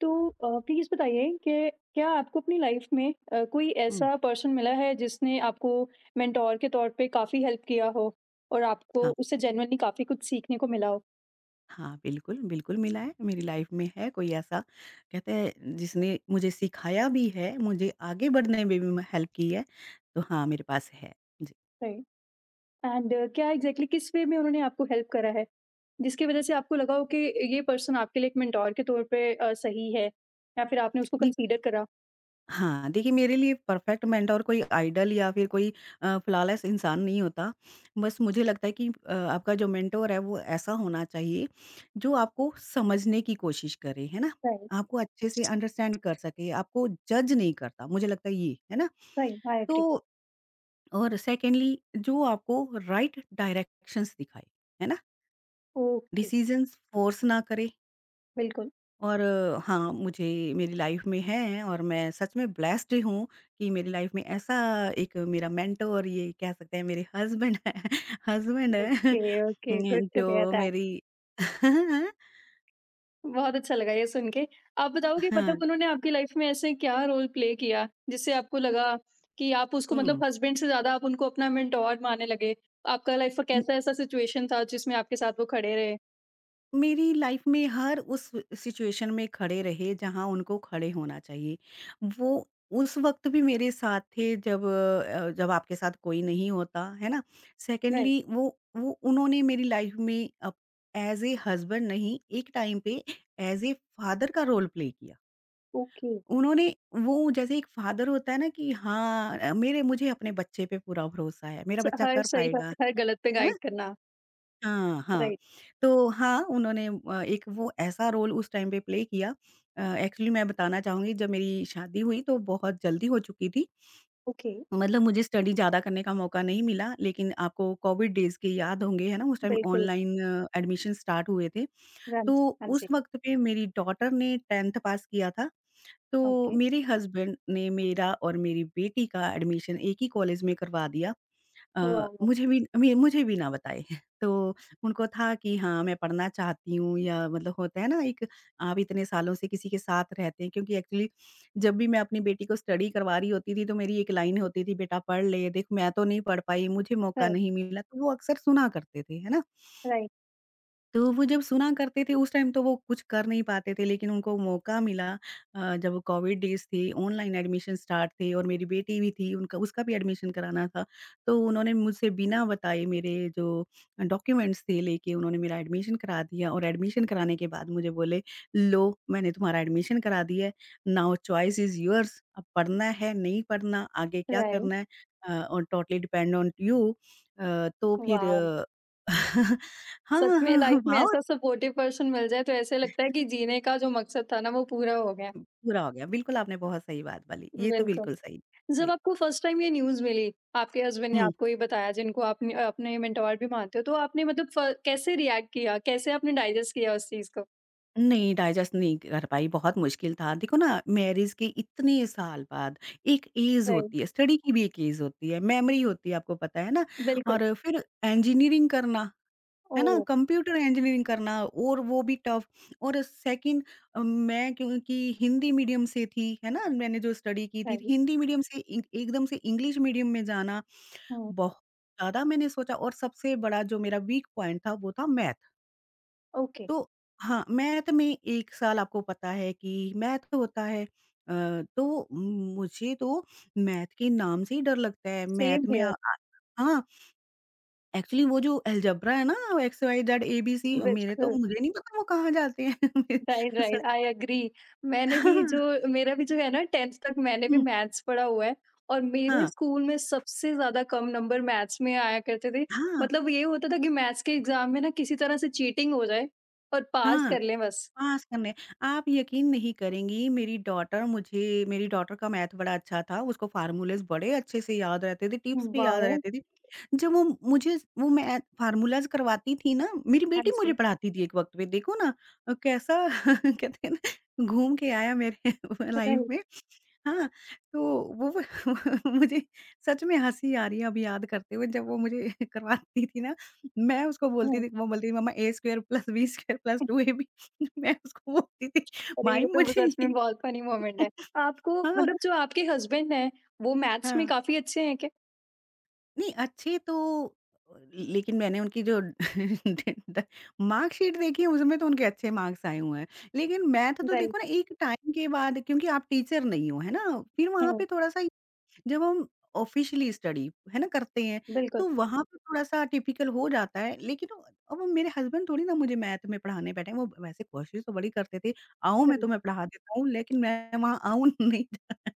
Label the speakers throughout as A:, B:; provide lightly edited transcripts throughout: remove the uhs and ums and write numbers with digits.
A: तो प्लीज़ बताइए कि क्या आपको अपनी लाइफ में कोई
B: हुँ।
A: ऐसा पर्सन मिला है जिसने आपको मेंटोर के तौर पे काफ़ी हेल्प किया हो और आपको
B: हाँ,
A: उससे जेन्युइनली काफ़ी कुछ सीखने को मिला हो?
B: हाँ, बिल्कुल, बिल्कुल मिला है। मेरी लाइफ़ में है कोई ऐसा कहते हैं जिसने मुझे सिखाया भी है, मुझे आगे बढ़ने में भी हेल्प की है, तो हाँ, मेरे पास है। जी।
A: राइट, एंड क्या एग्ज़ैक्टली किस वे में उन्होंने आपको हेल्प करा है? जिसकी वज़ह से आपको लगा हो कि ये पर्सन आपके लिए एक मेंटोर के तौर पे सही है या फिर आपने उसको
B: देख
A: कंसीडर करा?
B: हाँ, देखिए मेरे लिए परफेक्ट मेंटर कोई आइडल या फिर कोई फ्लॉलेस इंसान नहीं होता। बस मुझे लगता है कि आपका जो मेंटर है वो ऐसा होना चाहिए जो आपको समझने की कोशिश करे, है ना?
A: राइट,
B: आपको अच्छे से अंडरस्टैंड कर सके, आपको जज नहीं करता, मुझे लगता है ये, है ना?
A: Right, I agree.
B: तो और सेकेंडली जो आपको राइट डायरेक्शंस दिखाए, है ना?
A: ओके,
B: डिसीज़न्स फ़ोर्स ना करे
A: बिल्कुल।
B: और हाँ, मुझे मेरी लाइफ़ में है और मैं सच में ब्लेस्ड हूँ कि मेरी लाइफ़ में ऐसा एक मेरा मेंटर ये कह सकते हैं मेरे हस्बैंड है हस्बैंड है
A: okay, okay, good to hear
B: जो
A: दैट।
B: मेरी
A: बहुत अच्छा लगा ये सुन के। आप बताओ कि मतलब
B: हाँ।
A: उन्होंने आपकी लाइफ में ऐसे क्या रोल प्ले किया, जिससे आपको लगा कि आप उसको मतलब
B: हुँ।
A: हस्बैंड से ज़्यादा आप उनको अपना मेंटोर मानने लगे? आपका लाइफ का कैसा ऐसा सिचुएशन था जिसमें आपके साथ वो खड़े रहे?
B: मेरी लाइफ में हर उस सिचुएशन में खड़े रहे जहाँ उनको खड़े होना चाहिए। वो उस वक़्त भी मेरे साथ थे जब जब आपके साथ कोई नहीं होता, है ना?
A: राइट,
B: सेकंडली वो उन्होंने मेरी लाइफ में अप ऐज़ ए हस्बैंड नहीं, एक टाइम पे ऐज़ ए फादर का रोल प्ले किया।
A: ओके।
B: उन्होंने वो जैसे एक फादर होता है ना कि हाँ, मेरे मुझे अपने बच्चे पे पूरा भरोसा है, मेरा
A: स
B: बच्चा
A: हर
B: कर
A: सही हर
B: पाएगा,
A: हर गलत पे
B: है ना?
A: गाइड करना।
B: हाँ, हाँ।
A: राइट,
B: तो हाँ, उन्होंने एक वो ऐसा रोल उस टाइम पे प्ले किया एक्चुअली मैं बताना चाहूँगी जब मेरी शादी हुई तो बहुत जल्दी हो चुकी थी।
A: ओके,
B: मतलब मुझे स्टडी ज़्यादा करने का मौका नहीं मिला लेकिन आपको कोविड डेज़ के याद होंगे, है ना? उस टाइम
A: बिल्कुल।
B: ऑनलाइन एडमिशन स्टार्ट हुए थे।
A: रन।
B: तो
A: हाँ
B: उस
A: जी,
B: वक़्त पे मेरी डॉटर ने 10th पास किया था। तो
A: ओके।
B: मेरे हस्बैंड ने मेरा और मेरी बेटी का एडमिशन एक ही कॉलेज में करवा दिया।
A: वाओ!
B: मुझे भी ना बताए। तो उनको था कि हाँ, मैं पढ़ना चाहती हूँ या मतलब होता है ना एक आप इतने सालों से किसी के साथ रहते हैं क्योंकि एक्चुअली जब भी मैं अपनी बेटी को स्टडी करवा रही होती थी, तो मेरी एक लाइन होती थी, "बेटा पढ़ ले, देख मैं तो नहीं पढ़ पाई, मुझे मौका
A: राइट,
B: नहीं मिला।" तो वो अक्सर सुना करते थे, है ना?
A: राइट,
B: तो वो जब सुना करते थे उस टाइम तो वो कुछ कर नहीं पाते थे लेकिन उनको मौका मिला जब वो कोविड डेज़ थे, ऑनलाइन एडमिशन स्टार्ट थे और मेरी बेटी भी थी उनका उसका भी एडमिशन कराना था। तो उन्होंने मुझसे बिना बताए मेरे जो डॉक्यूमेंट्स थे लेके उन्होंने मेरा एडमिशन करा दिया और एडमिशन कराने के बाद मुझे बोले, "लो मैंने तुम्हारा एडमिशन करा दिया है, नाउ चॉइस इज़ योर्स अब पढ़ना है, नहीं पढ़ना, आगे क्या
A: राइट।
B: करना है और टोटली डिपेंड ऑन यू।" तो फिर
A: वाओ! सच
B: हाँ,
A: में
B: हाँ,
A: लाइफ में
B: वाओ!
A: ऐसा सपोर्टिव पर्सन मिल जाए तो ऐसे लगता है कि जीने का जो मकसद था ना वो पूरा हो गया।
B: पूरा हो गया, बिल्कुल आपने बहुत सही बात बोली, ये तो
A: बिल्कुल।
B: बिल्कुल सही।
A: जब
B: जी।
A: आपको फर्स्ट टाइम ये न्यूज़ मिली, आपके हस्बैंड ने
B: हुँ।
A: आपको ये बताया जिनको आप अपने मेंटोर भी मानते हो, तो आपने मतलब फ कैसे रिएक्ट किया? कैसे आपने डाइजेस्ट किया उस चीज़ को?
B: नहीं डाइजेस्ट नहीं कर पाई, बहुत मुश्किल था। देखो ना मैरिज के इतने साल बाद एक ऐज
A: राइट,
B: होती है, स्टडी की भी एक ऐज होती है, मेमोरी होती है आपको पता है ना?
A: बिल्कुल।
B: और फिर इंजीनियरिंग करना, है ना?
A: ओह!
B: कंप्यूटर इंजीनियरिंग करना और वो भी टफ और सेकंड मैं क्योंकि हिंदी मीडियम से थी, है ना? मैंने जो स्टडी की थी
A: राइट,
B: हिंदी मीडियम से इ एकदम से इंग्लिश मीडियम में जाना
A: हुँ,
B: बहुत ज़्यादा मैंने सोचा और सबसे बड़ा जो मेरा वीक पॉइंट था वो था मैथ।
A: ओके,
B: तो हाँ, मैथ में 1 साल आपको पता है कि मैथ होता है अ, तो मुझे तो मैथ के नाम से ही डर लगता है।
A: सेम
B: मैथ में
A: हियर,
B: हाँ, एक्चुअली वो जो अलजेब्रा है ना एक्स, वाई, जेड, ए-बी-सी मेरे तो
A: बिल्कुल,
B: मुझे नहीं पता वो कहाँ जाते हैं।
A: राइट, राइट,
B: सच
A: आई एग्री। मैंने
B: हाँ,
A: भी जो मेरा भी जो है ना 10th तक मैंने भी
B: हुँ,
A: मैथ्स पढ़ा हुआ है, और मेरे
B: हाँ,
A: स्कूल में सबसे ज़्यादा कम नंबर मैथ्स में आया करते थे।
B: हाँ,
A: मतलब ये होता था कि मैथ्स के एग्ज़ाम में ना किसी तरह से चीटिंग हो जाए और पास
B: हाँ।
A: कर लें बस।
B: पास करने आप यकीन नहीं करेंगी मेरी डॉटर का मैथ बड़ा अच्छा था, उसको फ़ॉर्मूलाज़ बड़े अच्छे से याद रहते थे, टिप्स भी याद
A: वाओ!
B: रहते थे। जब वो मुझे वो मैथ फ़ॉर्मूलाज़ करवाती थी ना, मेरी
A: हाँ
B: बेटी मुझे
A: जी,
B: पढ़ाती थी एक वक़्त पे देखो ना कैसा कहते हैं ना घूम के आया मेरे लाइफ़
A: राइट,
B: में। हाँ, तो वो मुझे सच में हँसी आ रही है अब याद करते हुए जब वो मुझे करवाती थी ना, मैं उसको बोलती
A: हुँ।
B: थी वो बोलती थी मम्मा a square plus b square plus 2ab। मैं उसको बोलती थी
A: अरे,
B: भाई
A: ये तो
B: मुझे
A: सच में
B: ये
A: बहुत फ़नी मोमेंट है। आपको
B: हाँ,
A: मतलब जो आपके हस्बैंड हैं, वो मैथ्स में
B: हाँ।
A: काफ़ी अच्छे हैं क्या?
B: नहीं अच्छे तो लेकिन मैंने उनकी जो मार्कशीट देखी उसमें तो उनके अच्छे मार्क्स आए हुए हैं। लेकिन मैथ तो
A: राइट,
B: देखो ना एक टाइम के बाद क्योंकि आप टीचर नहीं हो, है ना? फिर वहाँ पे
A: हुँ,
B: थोड़ा-सा जब हम ऑफिशियली स्टडी, है ना, करते हैं,
A: बिल्कुल,
B: तो वहाँ पे थोड़ा-सा टिपिकल हो जाता है, लेकिन अब मेरे हस्बैंड थोड़ी ना मुझे मैथ में पढ़ाने बैठे हैं, वो वैसे कोशिश तो बड़ी करते थे, आऊँ मैं
A: राइट,
B: तुम्हें पढ़ा देता हूँ, लेकिन मैं वहाँ आऊँ नहीं जा-,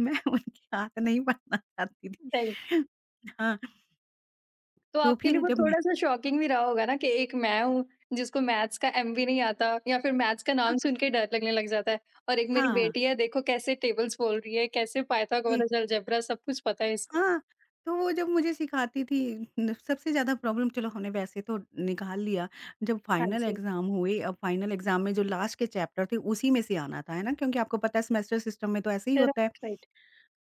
B: मैं उनके हाथ नहीं पढ़ना चाहती
A: राइट।
B: थी। हाँ,
A: तो
B: तो
A: आपके लिए
B: फिर
A: वो
B: जब मैं
A: थोड़ा-सा शॉकिंग भी रहा होगा ना कि एक मैं हूँ, जिसको मैथ्स का एम भी नहीं आता या फिर मैथ्स का नाम सुन के डर लगने लग जाता है, और एक मेरी
B: हाँ, हाँ।
A: बेटी है, देखो कैसे टेबल्स बोल रही है, कैसे पाइथागोरस, अलजेब्रा सब कुछ पता है इसको।
B: हाँ, तो वो जब मुझे सिखाती थी न सबसे ज़्यादा प्रॉब्लम चलो हमने वैसे तो निकाल लिया, जब
A: हाँ
B: फाइनल
A: जी,
B: एग्ज़ाम हुए, अब फाइनल एग्ज़ाम में जो लास्ट के चैप्टर थे उसी में से आना था, है ना? क्योंकि आपको पता है सेमेस्टर सिस्टम में तो ऐसे ही होता है।
A: Right, right.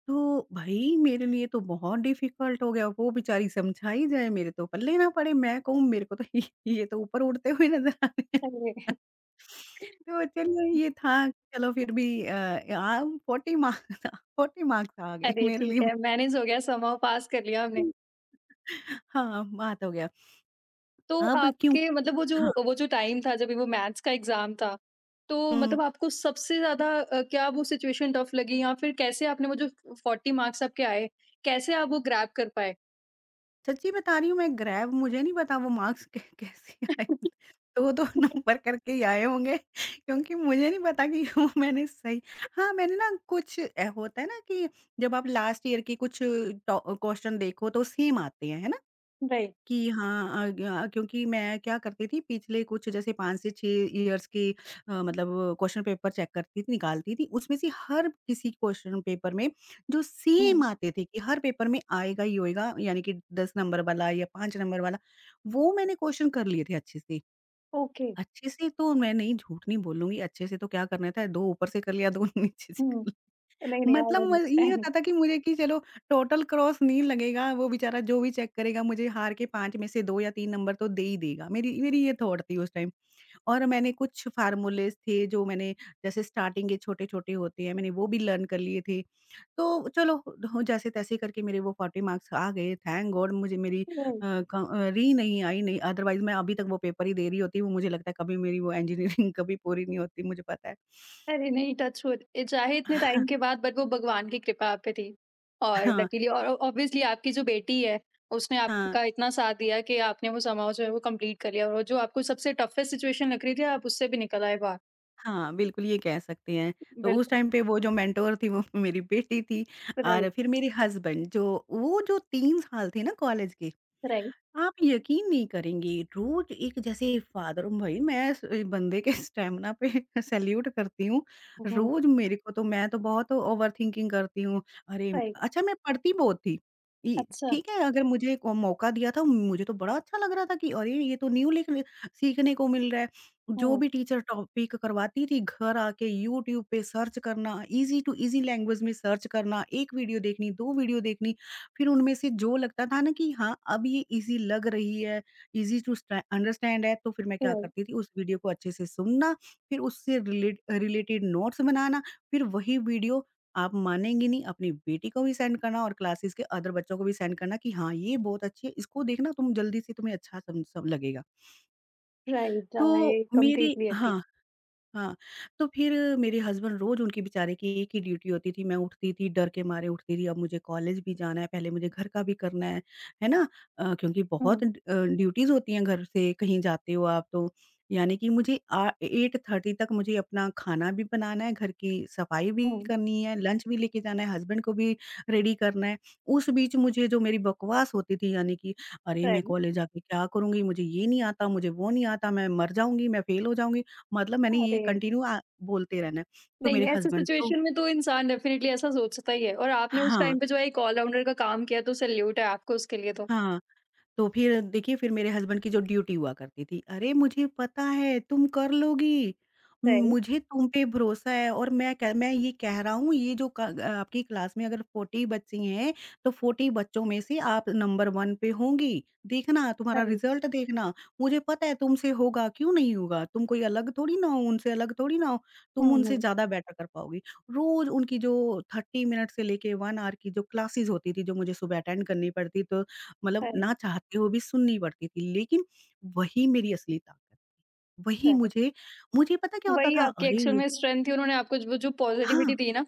B: तो भई मेरे लिए तो बहुत डिफ़िकल्ट हो गया, वो बेचारी समझाई जाए मेरे तो पल्ले ना पड़े, मैं कहूँ मेरे को तो ये तो ऊपर उड़ते हुए नज़र आ रहे हैं।
A: अरे!
B: तो चलिए ये था, चलो फिर भी आ 40 मार्क्स, 40 मार्क्स आ गए
A: अरे!
B: मेरे लिए।
A: ठीक है, मैनेज हो गया, समहाउ पास कर लिया हमने।
B: हाँ, बात हो गया।
A: तो
B: अब
A: आपके
B: क्योंकि
A: मतलब वो जो
B: हाँ,
A: वो जो टाइम था जब वो मैथ्स का एग्जाम था, तो
B: हुँ।
A: मतलब आपको सबसे ज़्यादा क्या वो सिचुएशन टफ लगी या फिर कैसे आपने वो जो 40 मार्क्स आपके आए, कैसे आप वो ग्रैब कर पाए?
B: सच्ची बता रही हूँ मैं ग्रैब मुझे नहीं पता वो मार्क्स कै कैसे आए। 2-2 नंबर करके ही आए होंगे क्योंकि मुझे नहीं पता कि वो मैंने सही हाँ, मैंने ना कुछ ए, होता है ना कि जब आप लास्ट ईयर के कुछ टॉ क्वेश्चन देखो तो सेम आते हैं, है ना?
A: राइट,
B: कि हाँ, अ, ग क्योंकि मैं क्या करती थी पिछले कुछ जैसे 5 से 6 ईयर्स के मतलब क्वेश्चन पेपर चेक करती थी, निकालती थी। उसमें से हर किसी क्वेश्चन पेपर में जो सेम
A: हुँ,
B: आते थे कि हर पेपर में आएगा ही होएगा, यानी कि 10 नंबर वाला या 5 नंबर वाला, वो मैंने क्वेश्चन कर लिए थे अच्छे से।
A: ओके,
B: अच्छे से तो मैं नहीं झूठ नहीं बोलूँगी, अच्छे से तो क्या करना था 2 ऊपर से कर लिया, 2 नीचे से
A: हुँ,
B: कर
A: नहीं, नहीं, आई
B: मतलब म ये
A: अंडरस्टैंड,
B: होता था कि मुझे कि चलो टोटल क्रॉस नहीं लगेगा, वो बेचारा जो भी चेक करेगा मुझे हार के 5 में से 2 या 3 नंबर तो दे ही देगा। मेरी मेरी ये थॉट थी उस टाइम और मैंने कुछ फ़ॉर्मूलेज़ थे जो मैंने जैसे स्टार्टिंग के छोटे-छोटे होते हैं, मैंने वो भी लर्न कर लिए थे। तो चलो हो जैसे-तैसे करके मेरे वो 40 मार्क्स आ गए, थैंक गॉड मुझे मेरी
A: राइट।
B: री नहीं आई नहीं अदरवाइज़ मैं अभी तक वो पेपर ही दे रही होती, वो मुझे लगता है कभी मेरी वो इंजीनियरिंग कभी पूरी नहीं होती, मुझे पता है।
A: अरे नहीं, टचवुड, चाहे इतने टाइम के बाद बट वो भगवान की कृपा आप पे थी। और
B: हाँ,
A: लकीली और ऑब्वियसली आपकी जो बेटी है, उसने
B: हाँ।
A: आपका इतना साथ दिया कि आपने वो समाव जो है वो कंप्लीट कर लिया और जो आपको सबसे टफेस्ट सिचुएशन लग रही थी आप उससे भी निकल आए बाहर।
B: हाँ, बिल्कुल ये कह सकते हैं। तो उस
A: बिल्कुल,
B: टाइम पे वो जो मेंटोर थी वो मेरी बेटी थी और
A: राइट,
B: फिर मेरे हस्बैंड जो वो जो 3 साल थे ना कॉलेज के
A: राइट,
B: आप यकीन नहीं करेंगे, रोज़ एक जैसे फादर भई मैं इस बंदे के स्टैमिना पे सैल्यूट करती हूँ।
A: हुँ,
B: रोज़ मेरे को तो मैं तो बहुत ओवरथिंकिंग करती हूँ। अरे!
A: राइट,
B: अच्छा मैं पढ़ती बहुत थी। इ
A: अच्छा,
B: ठीक है, अगर मुझे को मौका दिया था, मुझे तो बड़ा अच्छा लग रहा था कि अरे! ये तो न्यू लिख सीखने को मिल रहा है। जो
A: हुँ,
B: भी टीचर टॉपिक करवाती थी, घर आके यूट्यूब पे सर्च करना, ईज़ी टू ईज़ी लैंग्वेज में सर्च करना, 1 वीडियो देखनी, 2 वीडियो देखनी। फिर उनमें से जो लगता था ना कि हाँ, अब ये ईज़ी लग रही है, ईज़ी टू स्टै अंडरस्टैंड है, तो फिर मैं क्या
A: राइट,
B: करती थी उस वीडियो को अच्छे से सुनना, फिर उससे रिलेटेड नोट्स बनाना, फिर वही वीडियो आप मानेंगी नहीं अपनी बेटी को भी सेंड करना और क्लासेस के अदर बच्चों को भी सेंड करना कि हाँ, ये बहुत अच्छी है, इसको देखना तुम जल्दी से तुम्हें अच्छा सम सब लगेगा।
A: राइट,
B: तो
A: आई
B: मेरी
A: कंप्लीटली एग्री।
B: हाँ। हाँ, तो फिर मेरे हस्बैंड रोज़ उनकी बेचारे की एक ही ड्यूटी होती थी, मैं उठती थी डर के मारे उठती थी, अब मुझे कॉलेज भी जाना है, पहले मुझे घर का भी करना है ना? क्योंकि
A: हुँ,
B: बहुत ड्यूटीज़ होती हैं घर से कहीं जाते हो आप तो, यानी कि मुझे आ 8:30 तक मुझे अपना खाना भी बनाना है, घर की सफाई भी
A: हुँ,
B: करनी है, लंच भी लेके जाना है, हस्बैंड को भी रेडी करना है। उस बीच मुझे जो मेरी बकवास होती थी यानी कि अरे! मैं
A: राइट,
B: कॉलेज जाके क्या करूँगी? मुझे ये नहीं आता, मुझे वो नहीं आता, मैं मर जाऊँगी, मैं फ़ेल हो जाऊँगी। मतलब मैंने ये
A: अरे!
B: कंटिन्यू बोलते रहना है। तो मेरे
A: नहीं, ऐसे
B: हस्बैंड तो
A: सिचुएशन में तो इंसान डेफिनिटली ऐसा सोचता ही है, और आपने उस
B: हाँ,
A: टाइम पे जो है एक ऑल राउंडर का काम किया तो सैल्यूट है आपको उसके लिए तो।
B: हाँ। तो फिर देखिए फिर मेरे हस्बैंड की जो ड्यूटी हुआ करती थी, "अरे! मुझे पता है तुम कर लोगी,
A: सही,
B: मुझे तुम पे भरोसा है और मैं ये कह रहा हूँ ये जो क आपकी क्लास में अगर 40 बच्ची हैं, तो 40 बच्चों में से आप नंबर 1 पे होंगी, देखना तुम्हारा
A: सही।
B: रिज़ल्ट देखना, मुझे पता है तुमसे होगा, क्यों नहीं होगा? तुम कोई अलग थोड़ी ना हो, उनसे अलग थोड़ी ना हो,
A: हुँ,
B: तुम उनसे
A: हुँ।
B: ज़्यादा बेटर कर पाओगी।" रोज़ उनकी जो 30 मिनट से लेके 1 आवर की जो क्लासेज़ होती थी, जो मुझे सुबह अटेंड करनी पड़ती तो मतलब
A: सही,
B: ना चाहते हुए भी सुननी पड़ती थी, लेकिन वही मेरी असली ताकत थी। वही
A: सही।
B: मुझे मुझे पता क्या होता
A: वही
B: था?
A: आपकी
B: अरे!
A: एक्चुअल
B: ये-
A: में स्ट्रेंथ थी, उन्होंने आपको वो जो
B: हाँ,
A: पॉज़िटिविटी दी ना,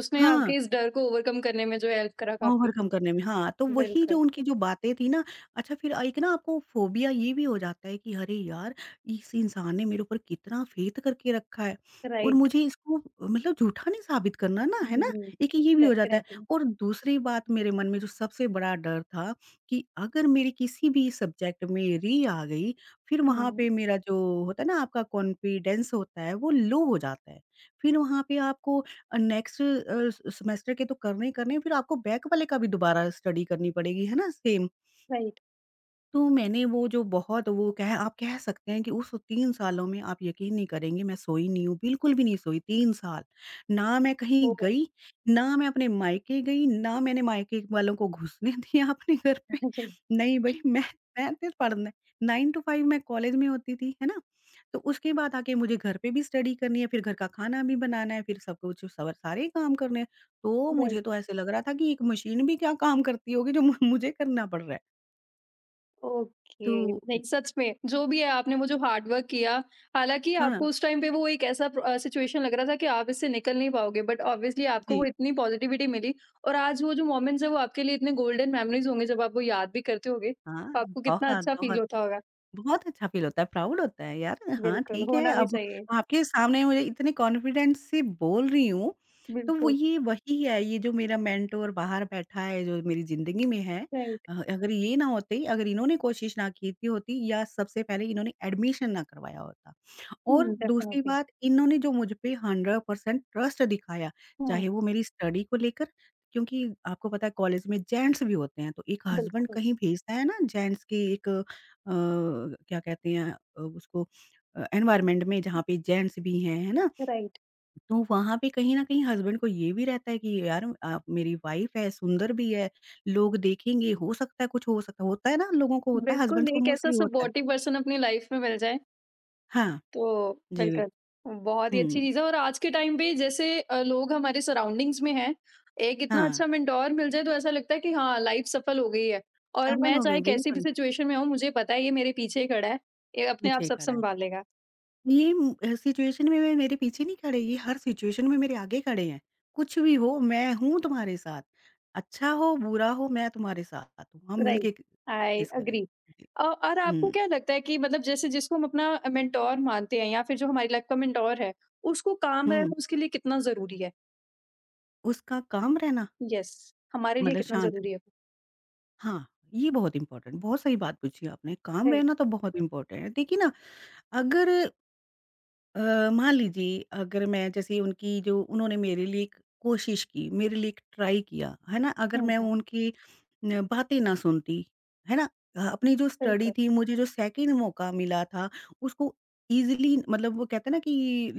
A: उसने
B: हाँ।
A: आपके इस डर को ओवरकम करने में जो है हेल्प करा काफ़ी।
B: ओवरकम करने में, हाँ, तो वही जो
A: बिल्कुल,
B: उनकी जो बातें थी ना। अच्छा फिर एक ना आपको फ़ोबिया ये भी हो जाता है कि अरे यार! इस इंसान ने मेरे ऊपर कितना फ़ेथ करके रखा है और
A: राइट।
B: मुझे इसको मतलब झूठा नहीं साबित करना ना,
A: हुँ,
B: है ना?
A: हुँ।
B: एक ये भी हो जाता है।
A: डेफ़िनेटली।
B: और दूसरी बात मेरे मन में जो सबसे बड़ा डर था कि अगर मेरी किसी भी सब्जेक्ट में री आ गई, फिर वहाँ
A: हुँ,
B: पे मेरा जो होता है ना, आपका कॉन्फिडेंस होता है, वो लो हो जाता है। फिर वहाँ पे आपको नेक्स्ट अ, स सेमेस्टर के तो करने ही करने हैं, फिर आपको बैक वाले का भी दोबारा स्टडी करनी पड़ेगी, है ना? सेम।
A: राइट।
B: तो मैंने वो जो बहुत वो कह आप कह सकते हैं कि उस 3 सालों में आप यकीन नहीं करेंगे, मैं सोई नहीं हूँ, बिल्कुल भी नहीं सोई 3 साल। ना मैं कहीं
A: ओह!
B: गई, ना मैं अपने मायके गई, ना मैंने मायके वालों को घुसने दिया अपने घर पे। नहीं भई मैं तो पढ़ना। 9 टू 5 मैं कॉलेज में होती थी, है ना? तो उसके बाद आके मुझे घर पे भी स्टडी करनी है, फिर घर का खाना भी बनाना है, फिर सब कुछ सवर सारे काम करने हैं। तो मुझे
A: राइट।
B: तो ऐसे लग रहा था कि एक मशीन भी क्या काम करती होगी जो मु मुझे करना पड़ रहा है। तो
A: ओके, नहीं सच में जो भी है आपने वो जो हार्ड वर्क किया, हालाँकि
B: हाँ,
A: आपको उस टाइम पे वो एक ऐसा सिचुएशन लग रहा था कि आप इससे निकल नहीं पाओगे, बट ऑब्वियसली आपको
B: जी।
A: वो इतनी पॉजिटिविटी मिली, और आज वो जो मोमेंट्स हैं वो आपके लिए इतने गोल्डन मेमोरीज़ होंगे जब आप वो याद भी करते होंगे,
B: हाँ,
A: तो आपको कितना
B: बहुत,
A: अच्छा फ़ील
B: बहुत।
A: होता होगा।
B: बहुत अच्छा फ़ील होता है, प्राउड होता है यार। हाँ,
A: बिल्कुल,
B: ठीक है,
A: होना भी
B: अब
A: चाहिए।
B: आपके सामने मुझे इतने कॉन्फिडेंस से बोल रही हूँ, तो वो
A: बिल्कुल,
B: ये वही है, ये जो मेरा मेंटर बाहर बैठा है, जो मेरी ज़िंदगी में है।
A: राइट।
B: अगर ये ना होते, अगर इन्होंने कोशिश ना की थी होती या सबसे पहले इन्होंने एडमिशन ना करवाया होता। और
A: हुँ,
B: दूसरी
A: डेफिनिटली।
B: बात, इन्होंने जो मुझ पे 100% ट्रस्ट दिखाया,
A: हुँ,
B: चाहे वो मेरी स्टडी को लेकर, क्योंकि आपको पता है कॉलेज में जेंट्स भी होते हैं, तो एक हस्बैंड
A: बिल्कुल,
B: कहीं भेजता है ना जेंट्स की एक अ, क्या कहते हैं उसको एनवायरनमेंट में जहाँ पे जेंट्स भी हैं, है ना?
A: राइट।
B: तो वहाँ पे कहीं न कहीं हस्बैंड को ये भी रहता है कि यार आप मेरी वाइफ है, सुंदर भी है, लोग देखेंगे, हो सकता है, कुछ हो सकता है, होता है ना, लोगों को होता है,
A: बिल्कुल,
B: हस्बैंड्स को
A: एक ऐसा
B: मोस्टली होता है।
A: सपोर्टिव पर्सन अपनी लाइफ़ में मिल जाए
B: हाँ,
A: तो
B: जी बिल।
A: बिल्कुल, बहुत ही अच्छी
B: हुँ,
A: चीज़ है, और आज के टाइम पे जैसे लोग हमारे सराउंडिंग्स में हैं, एक इतना
B: हाँ,
A: अच्छा मेंटर मिल जाए तो ऐसा लगता है कि हाँ, लाइफ़ सफल हो गई है, और
B: सफल
A: मैं
B: हो गई
A: चाहे कैसी भी
B: बिल्कुल,
A: सिचुएशन में हूँ, मुझे पता है ये मेरे पीछे ही खड़ा है, ये अपने आप
B: पीछे
A: सब
B: खड़ा है।
A: सँभाल लेगा।
B: ये सिचुएशन में वे मेरे पीछे नहीं खड़े, ये हर सिचुएशन में मेरे आगे खड़े हैं। कुछ भी हो, मैं हूँ तुम्हारे साथ। अच्छा हो, बुरा हो, मैं तुम्हारे साथ हूँ। हम
A: राइट,
B: मिलके क
A: आई
B: फेस करेंगे।
A: एग्री।
B: जी।
A: और आपको
B: हुँ,
A: क्या लगता है कि मतलब जैसे जिसको हम अपना मेंटर मानते हैं या फिर जो हमारी लाइफ़ का मेंटर है, उसको काम
B: हुँ।
A: रहना उसके लिए कितना ज़रूरी है?
B: उसका काम रहना,
A: यस, हमारे लिए
B: मतलब
A: कितना
B: शांत
A: ज़रूरी
B: रहना।
A: है?
B: हाँ, ये बहुत सही बात पूछी आपने। काम
A: राइट,
B: रहना तो बहुत इम्पोर्टेंट है। देखिए ना, अगर मान लीजिए अगर मैं जैसे उनकी जो उन्होंने मेरे लिए एक कोशिश की, मेरे लिए एक ट्राई किया, है ना? अगर
A: हुँ,
B: मैं
A: हुँ,
B: उनकी न बातें ना सुनती, है ना? अपनी जो स्टडी
A: बिल्कुल।
B: थी, मुझे जो सेकंड मौका मिला था उसको ईज़िली मतलब वो कहते हैं ना कि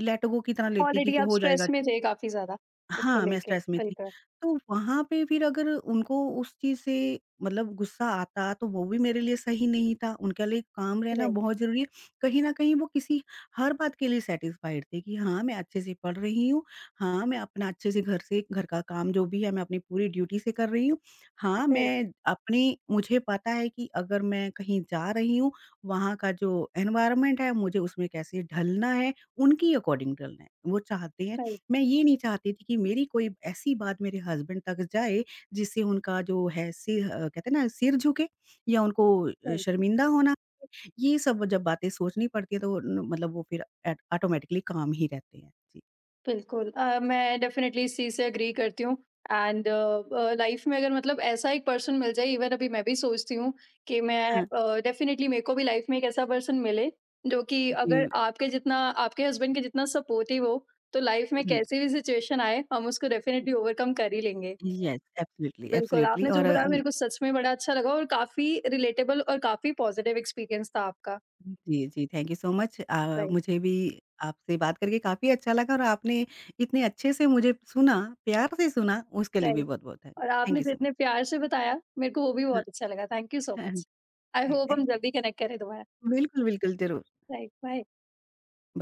B: लेट गो की तरह लेती कि
A: ऑलरेडी आप
B: हो
A: स्ट्रेस
B: जाएगा।
A: में थे काफ़ी ज़्यादा, उसको
B: हाँ, मैं
A: लेके,
B: स्ट्रेस में थी।
A: बिल्कुल।
B: तो वहाँ पे फिर अगर उनको उस चीज़ से मतलब गुस्सा आता तो वो भी मेरे लिए सही नहीं था। उनके लिए काम रहना
A: राइट,
B: बहुत ज़रूरी है। कहीं न कहीं वो किसी हर बात के लिए सैटिस्फाइड थे कि हाँ, मैं अच्छे से पढ़ रही हूँ। हाँ, मैं अपना अच्छे से घर का काम जो भी है मैं अपनी पूरी ड्यूटी से कर रही हूँ। हाँ,
A: राइट,
B: मैं अपनी, मुझे पता है कि अगर मैं कहीं जा रही हूँ, वहाँ का जो एनवायरनमेंट है मुझे उसमें कैसे ढलना है, उनकी अकॉर्डिंग ढलना है। वो चाहते हैं
A: राइट,
B: मैं ये नहीं चाहती थी कि मेरी कोई ऐसी बात मेरे हस्बैंड तक जाए जिससे उनका जो है कहते हैं ना सिर झुके या उनको
A: राइट,
B: शर्मिंदा होना। ये सब जब बातें सोचनी पड़ती है तो न- मतलब वो फिर ऑटोमेटिकली काम ही रहते हैं जी।
A: बिल्कुल। मैं डेफ़िनेटली इस चीज़ से एग्री करती हूँ, एंड लाइफ़ में अगर मतलब ऐसा एक पर्सन मिल जाए, इवन अभी मैं भी सोचती हूँ कि मैं
B: हाँ।
A: डेफ़िनेटली मेरे को भी लाइफ़ में एक ऐसा पर्सन मिले, जो कि अगर
B: जी।
A: आपके जितना आपके हस्बैंड के जितना सपोर्टिव हो, तो लाइफ़ में
B: जी।
A: कैसी भी सिचुएशन आए, हम उसको डेफ़िनेटली ओवरकम कर ही लेंगे।
B: यस, एब्सोल्युटली
A: बिल्कुल,
B: एब्सोल्युटली
A: आपने जो
B: और
A: बताया
B: न-
A: मेरे को सच में बड़ा अच्छा लगा और काफ़ी रिलेटेबल और काफ़ी पॉज़िटिव एक्सपीरियंस था आपका।
B: जी जी, thank you so much.
A: Right,
B: मुझे भी आपसे बात करके काफी अच्छा लगा और आपने इतने अच्छे से मुझे सुना, प्यार से सुना, उसके लिए भी
A: राइट।
B: बहुत बहुत
A: और
B: थैंक
A: आपने
B: यू
A: जो
B: सो मच।
A: इतने प्यार से बताया, मेरे को वो भी बहुत अच्छा लगा। थैंक यू सो
B: हाँ हाँ,
A: मच। आई
B: जी
A: होप हम
B: थैंक यू।
A: जल्दी कनेक्ट करें दोबारा।
B: बिल्कुल, बिल्कुल, ज़रूर।
A: Right, bye.
B: बाय।